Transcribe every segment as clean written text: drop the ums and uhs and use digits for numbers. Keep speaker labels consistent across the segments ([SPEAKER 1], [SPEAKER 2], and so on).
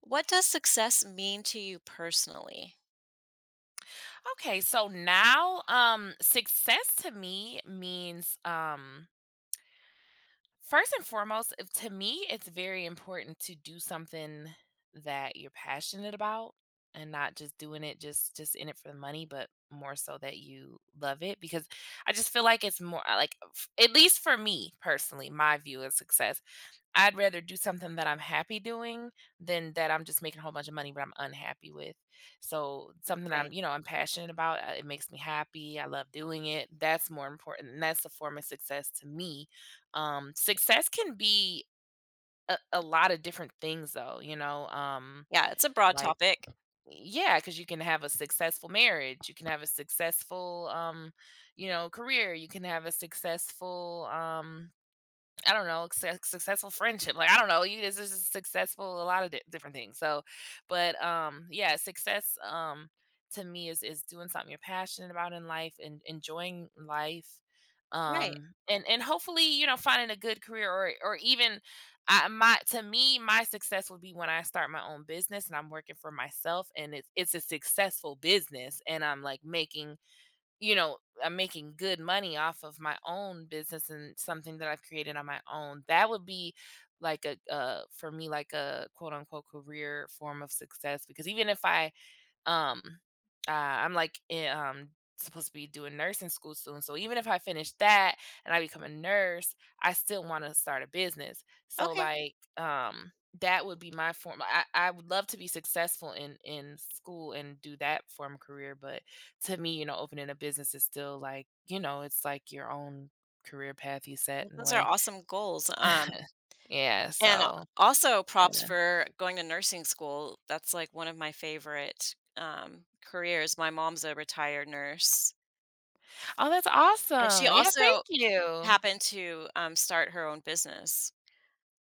[SPEAKER 1] What does success mean to you personally?
[SPEAKER 2] Okay, so now success to me means first and foremost to me it's very important to do something that you're passionate about, and not just doing it just in it for the money, but more so that you love it. Because I just feel like it's more at least for me personally, my view of success, I'd rather do something that I'm happy doing than that I'm just making a whole bunch of money but I'm unhappy with. So something that
[SPEAKER 1] Right.
[SPEAKER 2] I'm passionate about. It makes me happy. I love doing it. That's more important. And that's a form of success to me. Success can be a lot of different things.
[SPEAKER 1] Yeah, it's a broad
[SPEAKER 2] like,
[SPEAKER 1] topic.
[SPEAKER 2] yeah, because you can have a successful marriage, you can have a successful, career, you can have a successful, I don't know, success successful friendship, like, I don't know, you this is successful a lot of di different things. So yeah, success, to me is doing something you're passionate about in life and enjoying life,
[SPEAKER 1] Right.
[SPEAKER 2] and hopefully, you know, finding a good career, or even I my to me, my success would be when I start my own business and I'm working for myself and it's a successful business and I'm, like, making, you know, I'm making good money off of my own business and something that I've created on my own. That would be like a for me, like a quote unquote career form of success. Because even if I um, uh, I'm like, eh, um, supposed to be doing nursing school soon. So even if I finish that and I become a nurse, I still want to start a business. So,
[SPEAKER 1] Okay.
[SPEAKER 2] that would be my form. I would love to be successful in school and do that form of career, but to me, you know, opening a business is still, like, you know, it's like your own career path you set
[SPEAKER 1] Well,
[SPEAKER 2] in a
[SPEAKER 1] those are
[SPEAKER 2] way.
[SPEAKER 1] awesome goals.
[SPEAKER 2] Yeah,
[SPEAKER 1] And a-
[SPEAKER 2] so
[SPEAKER 1] also props
[SPEAKER 2] yeah.
[SPEAKER 1] for going to nursing school. That's like one of my favorite careers. My mom's a retired nurse,
[SPEAKER 2] Oh, that's
[SPEAKER 1] and she
[SPEAKER 2] awesome. Yeah,
[SPEAKER 1] also
[SPEAKER 2] thank you.
[SPEAKER 1] happened to start her own business.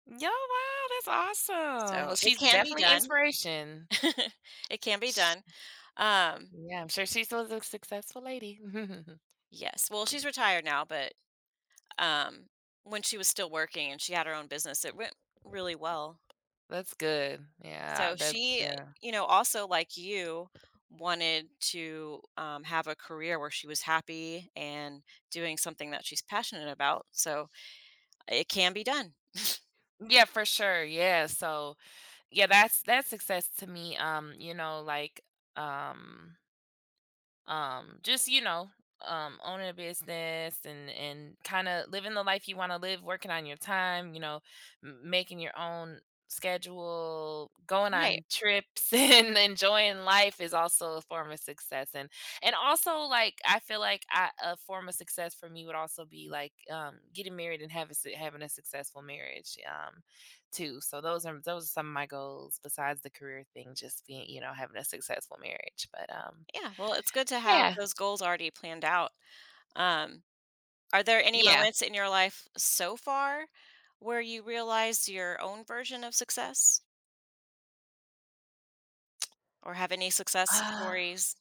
[SPEAKER 2] Yo, wow, that's awesome.
[SPEAKER 1] So
[SPEAKER 2] Well,
[SPEAKER 1] it
[SPEAKER 2] she's
[SPEAKER 1] can be
[SPEAKER 2] definitely
[SPEAKER 1] done.
[SPEAKER 2] inspiration.
[SPEAKER 1] It can be
[SPEAKER 2] Sh
[SPEAKER 1] done. Um,
[SPEAKER 2] Yeah, I'm sure she still is a successful lady.
[SPEAKER 1] yes. Well, she's retired now, but um, when she was still working and she had her own business. It went really well.
[SPEAKER 2] That's good.
[SPEAKER 1] So she,
[SPEAKER 2] Yeah.
[SPEAKER 1] you know, also like you, wanted to have a career where she was happy and doing something that she's passionate about. So it can be done.
[SPEAKER 2] Yeah, for sure. Yeah, so, yeah, that's success to me, you know, like, um just you know owning a business and kind of living the life you want to live, working on your time, you know, making your own schedule, going
[SPEAKER 1] Right.
[SPEAKER 2] on trips and enjoying life is also a form of success. And also, I feel like a form of success for me would also be like getting married and having having a successful marriage too. So those are some of my goals besides the career thing, just being, you know, having a successful marriage. But
[SPEAKER 1] Yeah, well, it's good to have
[SPEAKER 2] Yeah.
[SPEAKER 1] those goals already planned out. Um, are there any
[SPEAKER 2] Yeah.
[SPEAKER 1] moments in your life so far where you realize your own version of success or have any success
[SPEAKER 2] Uh,
[SPEAKER 1] stories?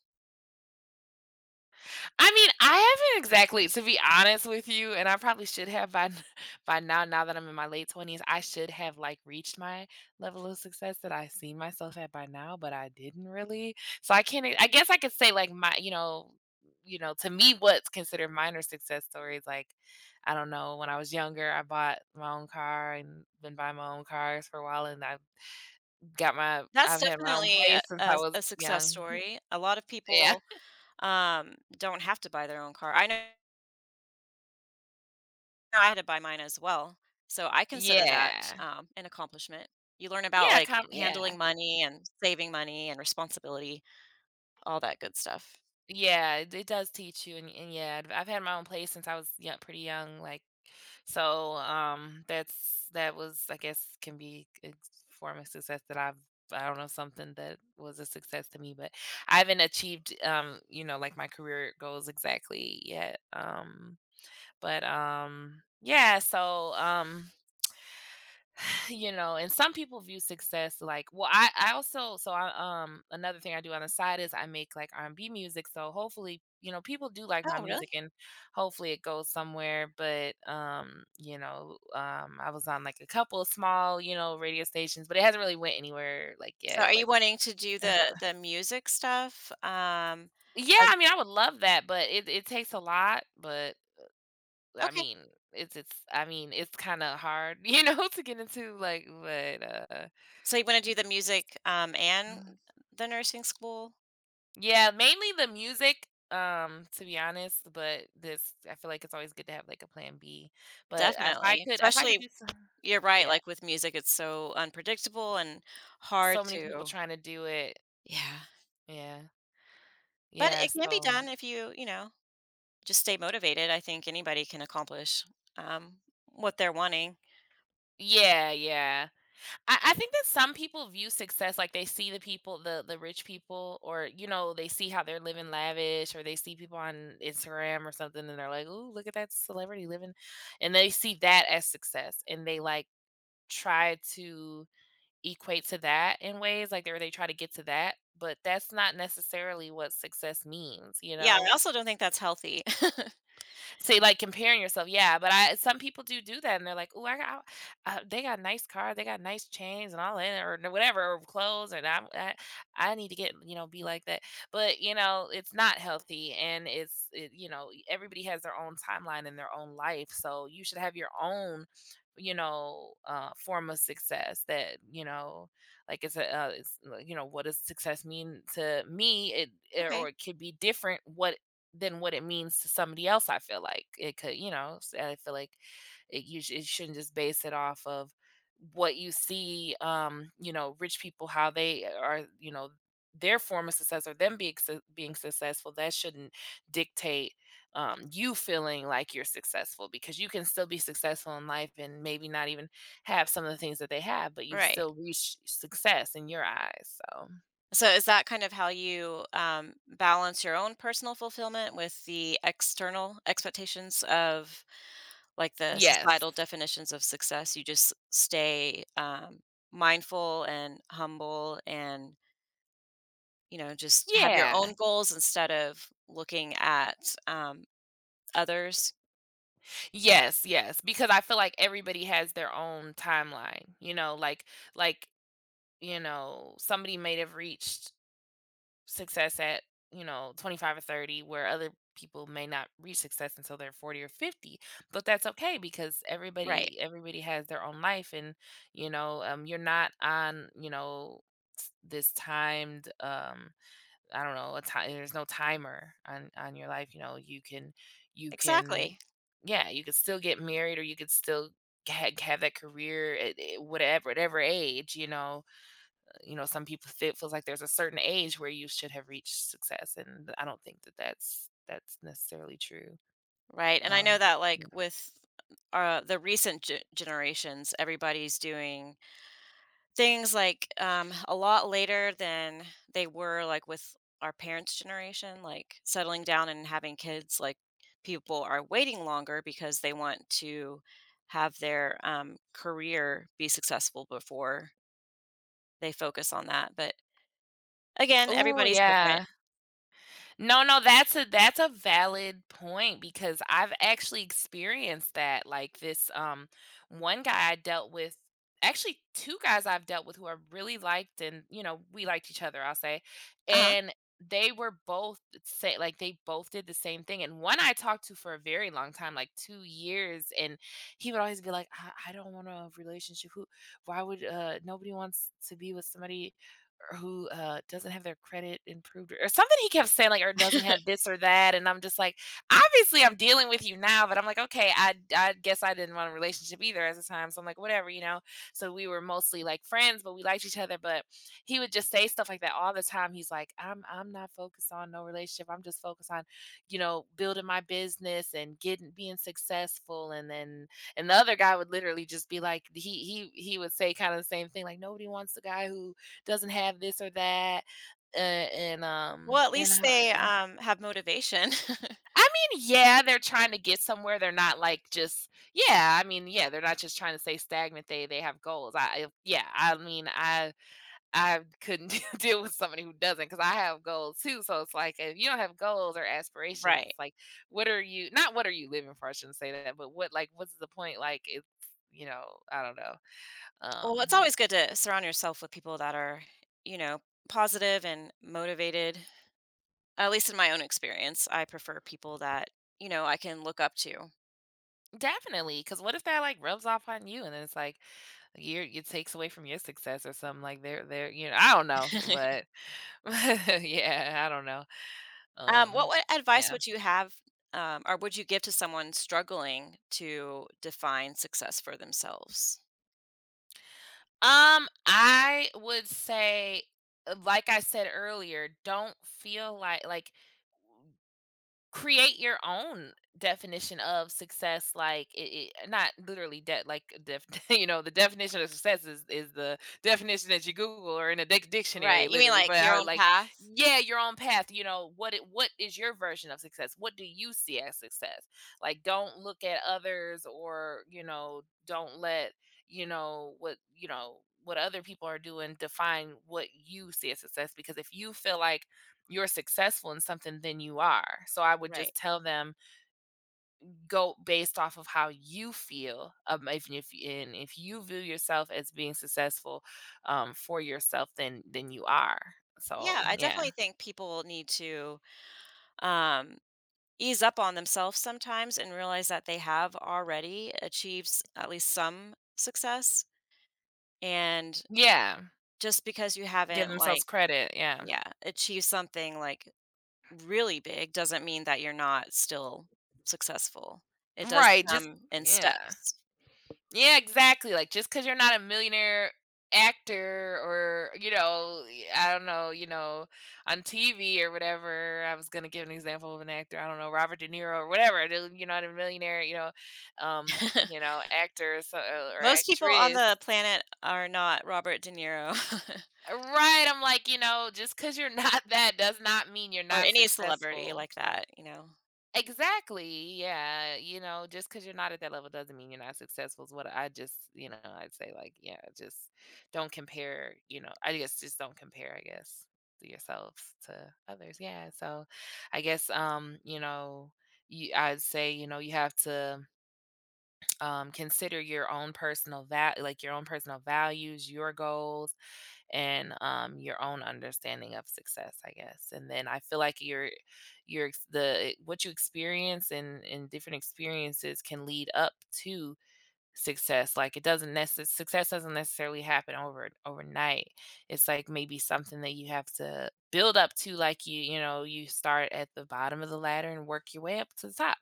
[SPEAKER 2] I mean, I haven't exactly, to be honest with you, and I probably should have by n by now. Now that I'm in my late twenties, I should have, like, reached my level of success that I see myself at by now, but I didn't really. So I can't e I guess I could say, like, my you know, to me, what's considered minor success stories. Like, I don't know, when I was younger, I bought my own car and been buying my own cars for a while, and
[SPEAKER 1] That's
[SPEAKER 2] I've had my own
[SPEAKER 1] definitely a,
[SPEAKER 2] place since I
[SPEAKER 1] a, a
[SPEAKER 2] was
[SPEAKER 1] success
[SPEAKER 2] young.
[SPEAKER 1] story. A lot of
[SPEAKER 2] Yeah.
[SPEAKER 1] people don't have to buy their own car. I know I had to buy mine as well. So I consider that
[SPEAKER 2] Yeah.
[SPEAKER 1] an accomplishment. You learn about
[SPEAKER 2] Yeah,
[SPEAKER 1] like
[SPEAKER 2] com
[SPEAKER 1] handling
[SPEAKER 2] yeah.
[SPEAKER 1] money and saving money and responsibility, all that good stuff.
[SPEAKER 2] Yeah, it does teach you. And I've had my own place since I was young, pretty young, that's that was, I guess, can be a form of success that I've, I don't know, something that was a success to me. But I haven't achieved, my career goals exactly yet, but yeah. You know, and some people view success like, well, I also, so I another thing I do on the side is I make like R&B music. So hopefully, you know, people do like my
[SPEAKER 1] Oh, really?
[SPEAKER 2] music and hopefully it goes somewhere. But you know I was on like a couple of small, you know, radio stations, but it hasn't really went anywhere like
[SPEAKER 1] So
[SPEAKER 2] yet,
[SPEAKER 1] are you
[SPEAKER 2] like,
[SPEAKER 1] wanting to do the music stuff,
[SPEAKER 2] yeah,
[SPEAKER 1] as
[SPEAKER 2] I mean, I would love that, but it takes a lot. But I
[SPEAKER 1] okay.
[SPEAKER 2] mean, it's I mean, it's kind of hard you know, to get into, like, but uh.
[SPEAKER 1] So you wanna do the music, and the nursing school?
[SPEAKER 2] Yeah, mainly the music, to be honest, but this I feel like it's always good to have, like, a plan B. But if I
[SPEAKER 1] Definitely,
[SPEAKER 2] could, if I could
[SPEAKER 1] especially
[SPEAKER 2] do so.
[SPEAKER 1] you're right,
[SPEAKER 2] Yeah,
[SPEAKER 1] like, with music, it's so unpredictable and hard
[SPEAKER 2] so many people
[SPEAKER 1] to
[SPEAKER 2] trying to do it.
[SPEAKER 1] yeah.
[SPEAKER 2] Yeah.
[SPEAKER 1] But
[SPEAKER 2] Yeah,
[SPEAKER 1] it can be
[SPEAKER 2] so.
[SPEAKER 1] done if you, you know, just stay motivated. I think anybody can accomplish, um, what they're wanting.
[SPEAKER 2] Yeah, yeah. I think that some people view success like they see the rich people, or, you know, they see how they're living lavish, or they see people on Instagram or something, and they're like, "Ooh, look at that celebrity living," and they see that as success, and they like try to equate to that in ways, like, they where they try to get to that, but that's not necessarily what success means, you
[SPEAKER 1] Yeah,
[SPEAKER 2] know?
[SPEAKER 1] I also don't think that's healthy.
[SPEAKER 2] So, comparing yourself, yeah. But I some people do do that, and they're like, "Oh, I got they got nice car, they got nice chains and all that, or whatever, or clothes, and I need to, get you know, be like that." But you know, it's not healthy. And you know, everybody has their own timeline and their own life. So you should have your own, you know, form of success that, you know, like, it's you know, what does success mean to me? It- eh, or
[SPEAKER 1] Okay,
[SPEAKER 2] it could be different, what than what it means to somebody else. I feel like it could, you know. I feel like it you it shouldn't just base it off of what you see, you know, rich people, how they are, you know, their form of success, or them being successful. That shouldn't dictate, you feeling like you're successful. Because you can still be successful in life and maybe not even have some of the things that they have, but you've
[SPEAKER 1] right.
[SPEAKER 2] still reached success in your eyes. So
[SPEAKER 1] So is that kind of how you, balance your own personal fulfillment with the external expectations of, like, the
[SPEAKER 2] yes,
[SPEAKER 1] societal definitions of success? You just stay, mindful and humble and, you know, just have your
[SPEAKER 2] yeah.
[SPEAKER 1] own goals instead of looking at, others?
[SPEAKER 2] Yes, yes, because I feel like everybody has their own timeline, you know, like, you know, somebody may have reached success at, you know, 25 or 30, where other people may not reach success until they're 40 or 50. But that's okay, because
[SPEAKER 1] Right.
[SPEAKER 2] everybody has their own life. And, you know, you're not on, you know, this timed I don't know, a time there's no timer on your life, you know, you can, you can,
[SPEAKER 1] Exactly.
[SPEAKER 2] yeah, you could still get married, or you could still ha have that career at whatever, whatever age, you know? You know, some people feels like there's a certain age where you should have reached success, and I don't think that that's necessarily true.
[SPEAKER 1] Right, and I know
[SPEAKER 2] Um,
[SPEAKER 1] that, like,
[SPEAKER 2] yeah.
[SPEAKER 1] with, the recent ge generations, everybody's doing things like, a lot later than they were, like, with our parents' generation, like, settling down and having kids, like, people are waiting longer because they want to have their, career be successful before they focus on that, but, again, everybody's different.
[SPEAKER 2] Yeah. No, no, that's a, that's a valid point, because I've actually experienced that. Like, this one guy I dealt with, actually two guys I've dealt with who I really liked, and, you know, we liked each other, I'll say.
[SPEAKER 1] Uh-huh.
[SPEAKER 2] And they were both say like they both did the same thing. And one I talked to for a very long time, like 2 years, and he would always be like, I don't want a relationship. Who why would Nobody wants to be with somebody, or who, doesn't have their credit improved, or something he kept saying, like, or doesn't have this or that. And I'm just like, "Obviously, I'm dealing with you now," but I'm like, "Okay, I guess I didn't want a relationship either at the time, so I'm like, whatever, you know?" So we were mostly like friends, but we liked each other. But he would just say stuff like that all the time. He's like, I'm not focused on no relationship. I'm just focused on, building my business and getting being successful," and then and the other guy would literally just be like he would say kinda the same thing, like, "Nobody wants the guy who doesn't have this or that,
[SPEAKER 1] Well, at
[SPEAKER 2] and
[SPEAKER 1] least
[SPEAKER 2] her
[SPEAKER 1] they, have motivation.
[SPEAKER 2] I mean, yeah, they're trying to get somewhere, they're not, like, just yeah, I mean, yeah, they're not just trying to stay stagnant, they have goals, I yeah, I mean, I couldn't deal with somebody who doesn't, not because I have goals too. So it's like, if you don't have goals or aspirations,
[SPEAKER 1] Right.
[SPEAKER 2] it's like, what are you, not what are you living for, I shouldn't say that, but what, like, what's the point, like, you know, I don't know, um,
[SPEAKER 1] Well, it's always good to surround yourself with people that are, you know, positive and motivated. At least in my own experience, I prefer people that, you know, I can look up to.
[SPEAKER 2] definitely, because what if that, like, rubs off on you and then it's like, your, it takes away from your success or something, like they're I don't know, but yeah, I don't know.
[SPEAKER 1] Um, what
[SPEAKER 2] Um,
[SPEAKER 1] what advice
[SPEAKER 2] yeah.
[SPEAKER 1] would you have, or would you give to someone struggling to define success for themselves?
[SPEAKER 2] I would say, like I said earlier, don't feel like create your own definition of success, like it, not literally the definition of success is the definition that you google or in a
[SPEAKER 1] Right.
[SPEAKER 2] dictionary
[SPEAKER 1] You mean
[SPEAKER 2] literally,
[SPEAKER 1] like
[SPEAKER 2] but
[SPEAKER 1] your
[SPEAKER 2] I would
[SPEAKER 1] own
[SPEAKER 2] like,
[SPEAKER 1] path?
[SPEAKER 2] yeah, your own path, what it, what is your version of success, what do you see as success, like don't look at others, or don't let, what other people are doing define what you see as success. Because if you feel like you're successful in something, than you are. So I would
[SPEAKER 1] Right.
[SPEAKER 2] just tell them, go based off of how you feel. If you view yourself as being successful, for yourself, then you are.
[SPEAKER 1] Yeah,
[SPEAKER 2] So
[SPEAKER 1] I
[SPEAKER 2] yeah,
[SPEAKER 1] definitely think people need to um, ease up on themselves sometimes and realize that they have already achieved at least some success. And
[SPEAKER 2] yeah,
[SPEAKER 1] just because you
[SPEAKER 2] give
[SPEAKER 1] haven't, like,
[SPEAKER 2] themselves credit. Yeah,
[SPEAKER 1] yeah, achieved something like really big doesn't mean that you're not still successful. It does
[SPEAKER 2] right. Just
[SPEAKER 1] come in
[SPEAKER 2] yeah.
[SPEAKER 1] steps.
[SPEAKER 2] Yeah, exactly, like, just because 'cause you're not a millionaire actor or, I don't know, on TV or whatever. I was gonna give an example of an actor, I don't know, Robert De Niro or whatever. The You're not a millionaire, actor or so, or
[SPEAKER 1] Most people on
[SPEAKER 2] actress.
[SPEAKER 1] the planet are not Robert De Niro
[SPEAKER 2] Right, I'm like, just because 'cause you're not that does not mean you're
[SPEAKER 1] or
[SPEAKER 2] not
[SPEAKER 1] any celebrity
[SPEAKER 2] successful.
[SPEAKER 1] like that, you know?
[SPEAKER 2] Exactly, yeah, just because 'cause you're not at that level doesn't mean you're not successful, is what I just, I'd say, like, yeah, just don't compare, I guess, just don't compare, I guess, to yourselves to others, yeah. So, I guess, you, I'd say, you have to, consider your own personal your own personal values, your goals, and your own understanding of success, I guess. And then I feel like your ex- the what you experience and different experiences can lead up to success. Like it doesn't necess success doesn't necessarily happen overnight. It's like maybe something that you have to build up to, like you, you start at the bottom of the ladder and work your way up to the top.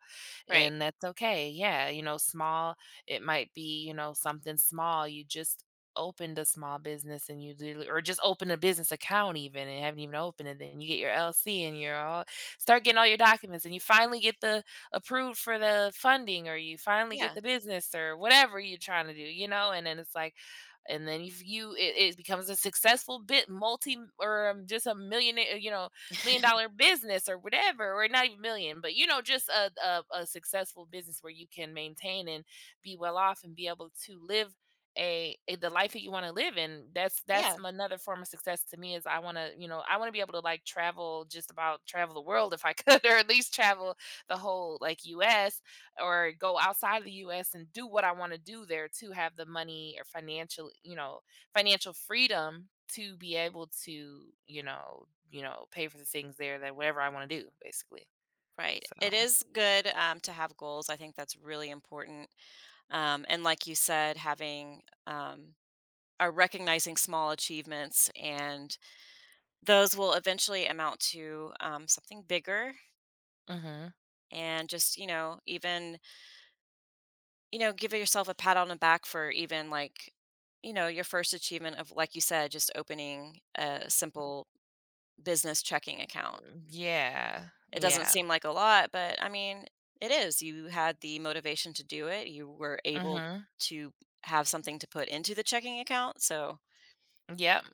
[SPEAKER 1] Right.
[SPEAKER 2] And that's okay. Yeah, small, it might be, something small. You just opened a small business and you literally, or just opened a business account even, and haven't even opened it, then you get your LC and you're all, start getting all your documents and you finally get the approved for the funding, or you finally get
[SPEAKER 1] Yeah.
[SPEAKER 2] the business or whatever you're trying to do, you know? And then it's like, and then if you it, it becomes a successful bit multi or just a millionaire, million dollar business or whatever, or not even million, but you know, just a successful business where you can maintain and be well off and be able to live a the life that you want to live in. That's
[SPEAKER 1] Yeah,
[SPEAKER 2] another form of success to me, is I want to, you know, I want to be able to, like, travel just about travel the world if I could, or at least travel the whole, like, US, or go outside of the US and do what I want to do there, to have the money or financial, you know, financial freedom to be able to, you know, pay for the things there, that whatever I want to do, basically.
[SPEAKER 1] right.
[SPEAKER 2] So,
[SPEAKER 1] It is good, to have goals. I think that's really important. And like you said, having, um, or recognizing small achievements and those will eventually amount to, something bigger
[SPEAKER 2] mhm.
[SPEAKER 1] and just, you know, even you know, give yourself a pat on the back for even like, you know, your first achievement of, like you said, just opening a simple business checking account.
[SPEAKER 2] Yeah.
[SPEAKER 1] It doesn't
[SPEAKER 2] Yeah.
[SPEAKER 1] seem like a lot, but I mean, it is. You had the motivation to do it, you were able
[SPEAKER 2] Mhm.
[SPEAKER 1] to have something to put into the checking account. So,
[SPEAKER 2] Yep.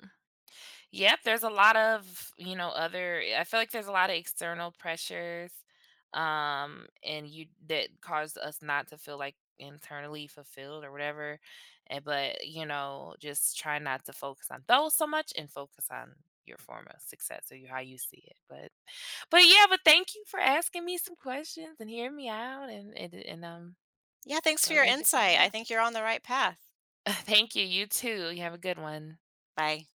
[SPEAKER 2] Yep, there's a lot of, other, I feel like there's a lot of external pressures, and you, that cause us not to feel, like, internally fulfilled or whatever. And But, you know, just try not to focus on those so much, and focus on your form of success, or how you see it. But yeah, but thank you for asking me some questions and hearing me out, and
[SPEAKER 1] yeah, thanks for
[SPEAKER 2] let
[SPEAKER 1] your
[SPEAKER 2] me get them.
[SPEAKER 1] insight. I
[SPEAKER 2] Yeah.
[SPEAKER 1] think you're on the right path.
[SPEAKER 2] Thank you. You too. You have a good one.
[SPEAKER 1] Bye.